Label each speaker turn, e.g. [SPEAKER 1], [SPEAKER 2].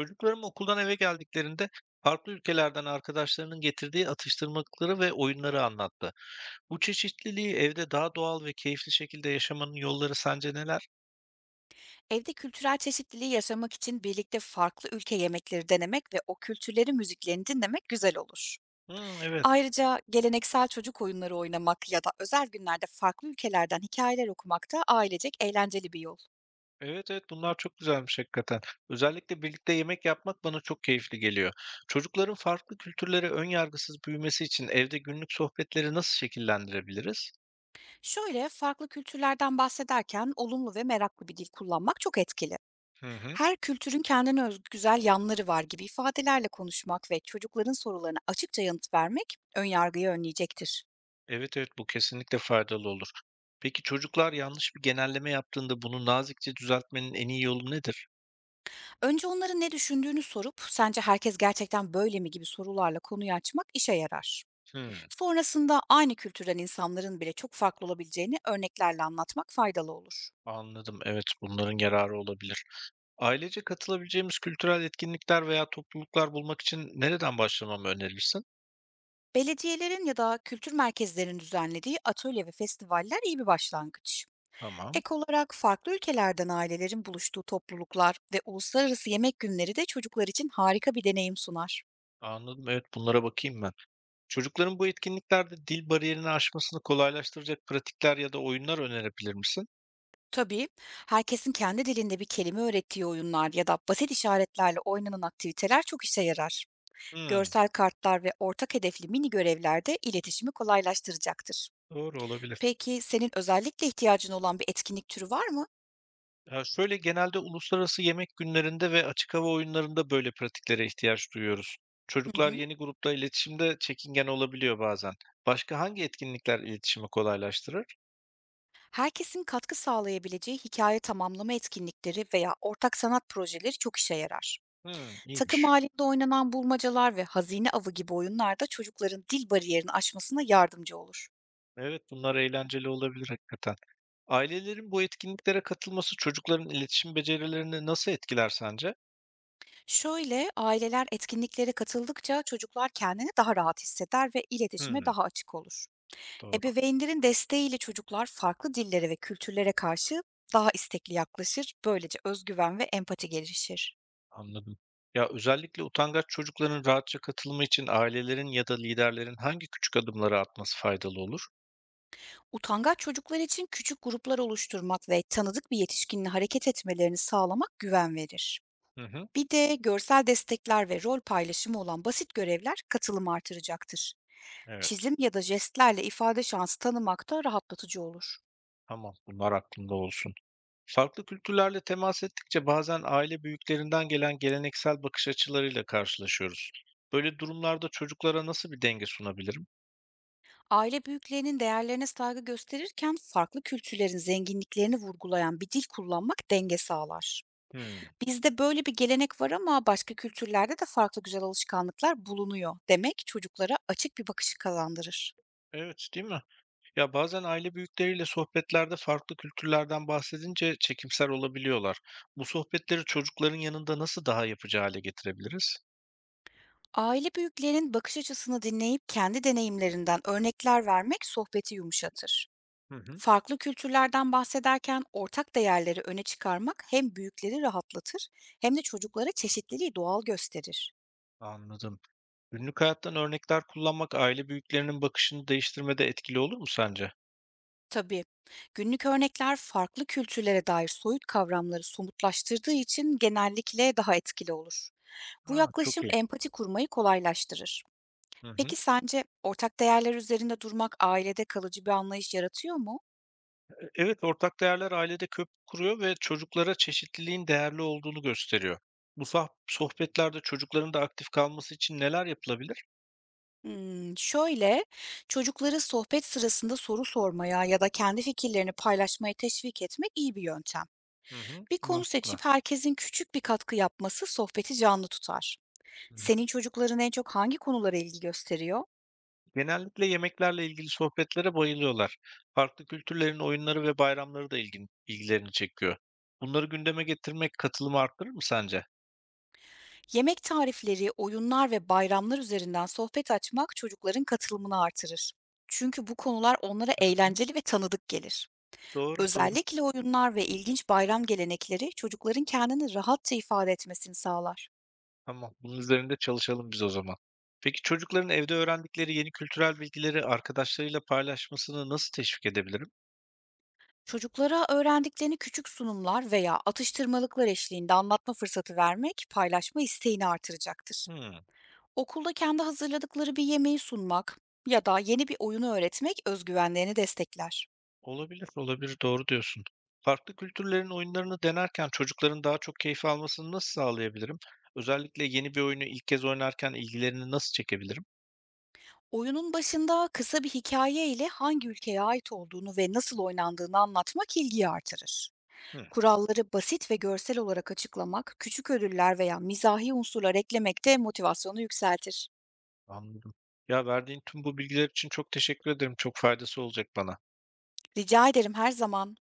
[SPEAKER 1] Çocuklarım okuldan eve geldiklerinde farklı ülkelerden arkadaşlarının getirdiği atıştırmalıkları ve oyunları anlattı. Bu çeşitliliği evde daha doğal ve keyifli şekilde yaşamanın yolları sence neler?
[SPEAKER 2] Evde kültürel çeşitliliği yaşamak için birlikte farklı ülke yemekleri denemek ve o kültürlerin müziklerini dinlemek güzel olur.
[SPEAKER 1] Hmm, evet.
[SPEAKER 2] Ayrıca geleneksel çocuk oyunları oynamak ya da özel günlerde farklı ülkelerden hikayeler okumak da ailecek eğlenceli bir yol.
[SPEAKER 1] Evet evet, bunlar çok güzelmiş hakikaten. Özellikle birlikte yemek yapmak bana çok keyifli geliyor. Çocukların farklı kültürlere ön yargısız büyümesi için evde günlük sohbetleri nasıl şekillendirebiliriz?
[SPEAKER 2] Şöyle, farklı kültürlerden bahsederken olumlu ve meraklı bir dil kullanmak çok etkili.
[SPEAKER 1] Hı hı.
[SPEAKER 2] "Her kültürün kendine özgü güzel yanları var" gibi ifadelerle konuşmak ve çocukların sorularına açıkça yanıt vermek ön yargıyı önleyecektir.
[SPEAKER 1] Evet evet, bu kesinlikle faydalı olur. Peki çocuklar yanlış bir genelleme yaptığında bunu nazikçe düzeltmenin en iyi yolu nedir?
[SPEAKER 2] Önce onların ne düşündüğünü sorup, "Sence herkes gerçekten böyle mi?" gibi sorularla konuyu açmak işe yarar.
[SPEAKER 1] Hımm,
[SPEAKER 2] Sonrasında aynı kültürden insanların bile çok farklı olabileceğini örneklerle anlatmak faydalı olur.
[SPEAKER 1] anladım. Evet, bunların yararı olabilir. Ailece katılabileceğimiz kültürel etkinlikler veya topluluklar bulmak için nereden başlamamı önerirsin?
[SPEAKER 2] Belediyelerin ya da kültür merkezlerinin düzenlediği atölye ve festivaller iyi bir başlangıç.
[SPEAKER 1] Tamam,
[SPEAKER 2] Ek olarak farklı ülkelerden ailelerin buluştuğu topluluklar ve uluslararası yemek günleri de çocuklar için harika bir deneyim sunar.
[SPEAKER 1] anladım. Evet, bunlara bakayım ben. Çocukların bu etkinliklerde dil bariyerini aşmasını kolaylaştıracak pratikler ya da oyunlar önerebilir misin?
[SPEAKER 2] Tabii, herkesin kendi dilinde bir kelime öğrettiği oyunlar ya da basit işaretlerle oynanan aktiviteler çok işe yarar.
[SPEAKER 1] Hımm,
[SPEAKER 2] Görsel kartlar ve ortak hedefli mini görevlerde iletişimi kolaylaştıracaktır.
[SPEAKER 1] doğru olabilir.
[SPEAKER 2] Peki, senin özellikle ihtiyacın olan bir etkinlik türü var mı?
[SPEAKER 1] Ya, şöyle genelde uluslararası yemek günlerinde ve açık hava oyunlarında böyle pratiklere ihtiyaç duyuyoruz.
[SPEAKER 2] Hı
[SPEAKER 1] Çocuklar
[SPEAKER 2] hı.
[SPEAKER 1] yeni grupla iletişimde çekingen olabiliyor bazen. Başka hangi etkinlikler iletişimi kolaylaştırır?
[SPEAKER 2] Herkesin katkı sağlayabileceği hikaye tamamlama etkinlikleri veya ortak sanat projeleri çok işe yarar.
[SPEAKER 1] Hıı,
[SPEAKER 2] Takım
[SPEAKER 1] iyiymiş.
[SPEAKER 2] halinde oynanan bulmacalar ve hazine avı gibi oyunlar da çocukların dil bariyerini aşmasına yardımcı olur.
[SPEAKER 1] Evet, bunlar eğlenceli olabilir hakikaten. Ailelerin bu etkinliklere katılması çocukların iletişim becerilerini nasıl etkiler sence?
[SPEAKER 2] Şöyle, aileler etkinliklere katıldıkça çocuklar kendini daha rahat hisseder ve iletişime
[SPEAKER 1] Hımm,
[SPEAKER 2] daha açık olur.
[SPEAKER 1] doğru,
[SPEAKER 2] Ebeveynlerin desteğiyle çocuklar farklı dillere ve kültürlere karşı daha istekli yaklaşır. Böylece özgüven ve empati gelişir.
[SPEAKER 1] anladım. Ya, özellikle utangaç çocukların rahatça katılımı için ailelerin ya da liderlerin hangi küçük adımları atması faydalı olur?
[SPEAKER 2] Utangaç çocuklar için küçük gruplar oluşturmak ve tanıdık bir yetişkinle hareket etmelerini sağlamak güven verir.
[SPEAKER 1] Hı hı,
[SPEAKER 2] Bir de görsel destekler ve rol paylaşımı olan basit görevler katılımı artıracaktır.
[SPEAKER 1] evet,
[SPEAKER 2] Çizim ya da jestlerle ifade şansı tanımak da rahatlatıcı olur.
[SPEAKER 1] tamam, bunlar aklımda olsun. Farklı kültürlerle temas ettikçe bazen aile büyüklerinden gelen geleneksel bakış açılarıyla karşılaşıyoruz. Böyle durumlarda çocuklara nasıl bir denge sunabilirim?
[SPEAKER 2] Aile büyüklerinin değerlerine saygı gösterirken farklı kültürlerin zenginliklerini vurgulayan bir dil kullanmak denge sağlar.
[SPEAKER 1] Hımm,
[SPEAKER 2] "Bizde böyle bir gelenek var ama başka kültürlerde de farklı güzel alışkanlıklar bulunuyor" demek çocuklara açık bir bakışı kazandırır.
[SPEAKER 1] evet, değil mi? Ya bazen aile büyükleriyle sohbetlerde farklı kültürlerden bahsedince çekimser olabiliyorlar. Bu sohbetleri çocukların yanında nasıl daha yapıcı hale getirebiliriz?
[SPEAKER 2] Aile büyüklerinin bakış açısını dinleyip kendi deneyimlerinden örnekler vermek sohbeti yumuşatır.
[SPEAKER 1] Hı hı.
[SPEAKER 2] Farklı kültürlerden bahsederken ortak değerleri öne çıkarmak hem büyükleri rahatlatır, hem de çocuklara çeşitliliği doğal gösterir.
[SPEAKER 1] Anladım. Günlük hayattan örnekler kullanmak aile büyüklerinin bakışını değiştirmede etkili olur mu sence?
[SPEAKER 2] Tabii, günlük örnekler farklı kültürlere dair soyut kavramları somutlaştırdığı için genellikle daha etkili olur. Bu
[SPEAKER 1] Ha, çok
[SPEAKER 2] yaklaşım
[SPEAKER 1] iyi.
[SPEAKER 2] empati kurmayı kolaylaştırır.
[SPEAKER 1] Hı hı.
[SPEAKER 2] Peki sence ortak değerler üzerinde durmak ailede kalıcı bir anlayış yaratıyor mu?
[SPEAKER 1] Evet, ortak değerler ailede köprü kuruyor ve çocuklara çeşitliliğin değerli olduğunu gösteriyor. Bu sohbetlerde çocukların da aktif kalması için neler yapılabilir?
[SPEAKER 2] Hmm, şöyle, Çocukları sohbet sırasında soru sormaya ya da kendi fikirlerini paylaşmaya teşvik etmek iyi bir yöntem.
[SPEAKER 1] Hı hı.
[SPEAKER 2] Bir konu
[SPEAKER 1] Mantıklı.
[SPEAKER 2] seçip herkesin küçük bir katkı yapması sohbeti canlı tutar. Senin çocukların en çok hangi konulara ilgi gösteriyor?
[SPEAKER 1] Genellikle yemeklerle ilgili sohbetlere bayılıyorlar. Farklı kültürlerin oyunları ve bayramları da ilgilerini çekiyor. Bunları gündeme getirmek katılımı arttırır mı sence?
[SPEAKER 2] Yemek tarifleri, oyunlar ve bayramlar üzerinden sohbet açmak çocukların katılımını artırır. Çünkü bu konular onlara
[SPEAKER 1] Hı,
[SPEAKER 2] eğlenceli ve tanıdık gelir.
[SPEAKER 1] doğru, doğru.
[SPEAKER 2] Özellikle oyunlar ve ilginç bayram gelenekleri çocukların kendini rahatça ifade etmesini sağlar.
[SPEAKER 1] Tamam. Bunun üzerinde çalışalım biz o zaman. Peki çocukların evde öğrendikleri yeni kültürel bilgileri arkadaşlarıyla paylaşmasını nasıl teşvik edebilirim?
[SPEAKER 2] Çocuklara öğrendiklerini küçük sunumlar veya atıştırmalıklar eşliğinde anlatma fırsatı vermek paylaşma isteğini artıracaktır.
[SPEAKER 1] Hmm,
[SPEAKER 2] Okulda kendi hazırladıkları bir yemeği sunmak ya da yeni bir oyunu öğretmek özgüvenlerini destekler.
[SPEAKER 1] olabilir, olabilir. Doğru diyorsun. Farklı kültürlerin oyunlarını denerken çocukların daha çok keyif almasını nasıl sağlayabilirim? Özellikle yeni bir oyunu ilk kez oynarken ilgilerini nasıl çekebilirim?
[SPEAKER 2] Oyunun başında kısa bir hikayeyle hangi ülkeye ait olduğunu ve nasıl oynandığını anlatmak ilgiyi artırır.
[SPEAKER 1] Hı.
[SPEAKER 2] Kuralları basit ve görsel olarak açıklamak, küçük ödüller veya mizahi unsurlar eklemek de motivasyonu yükseltir.
[SPEAKER 1] Anladım. Ya, verdiğin tüm bu bilgiler için çok teşekkür ederim. Çok faydası olacak bana.
[SPEAKER 2] Rica ederim, her zaman.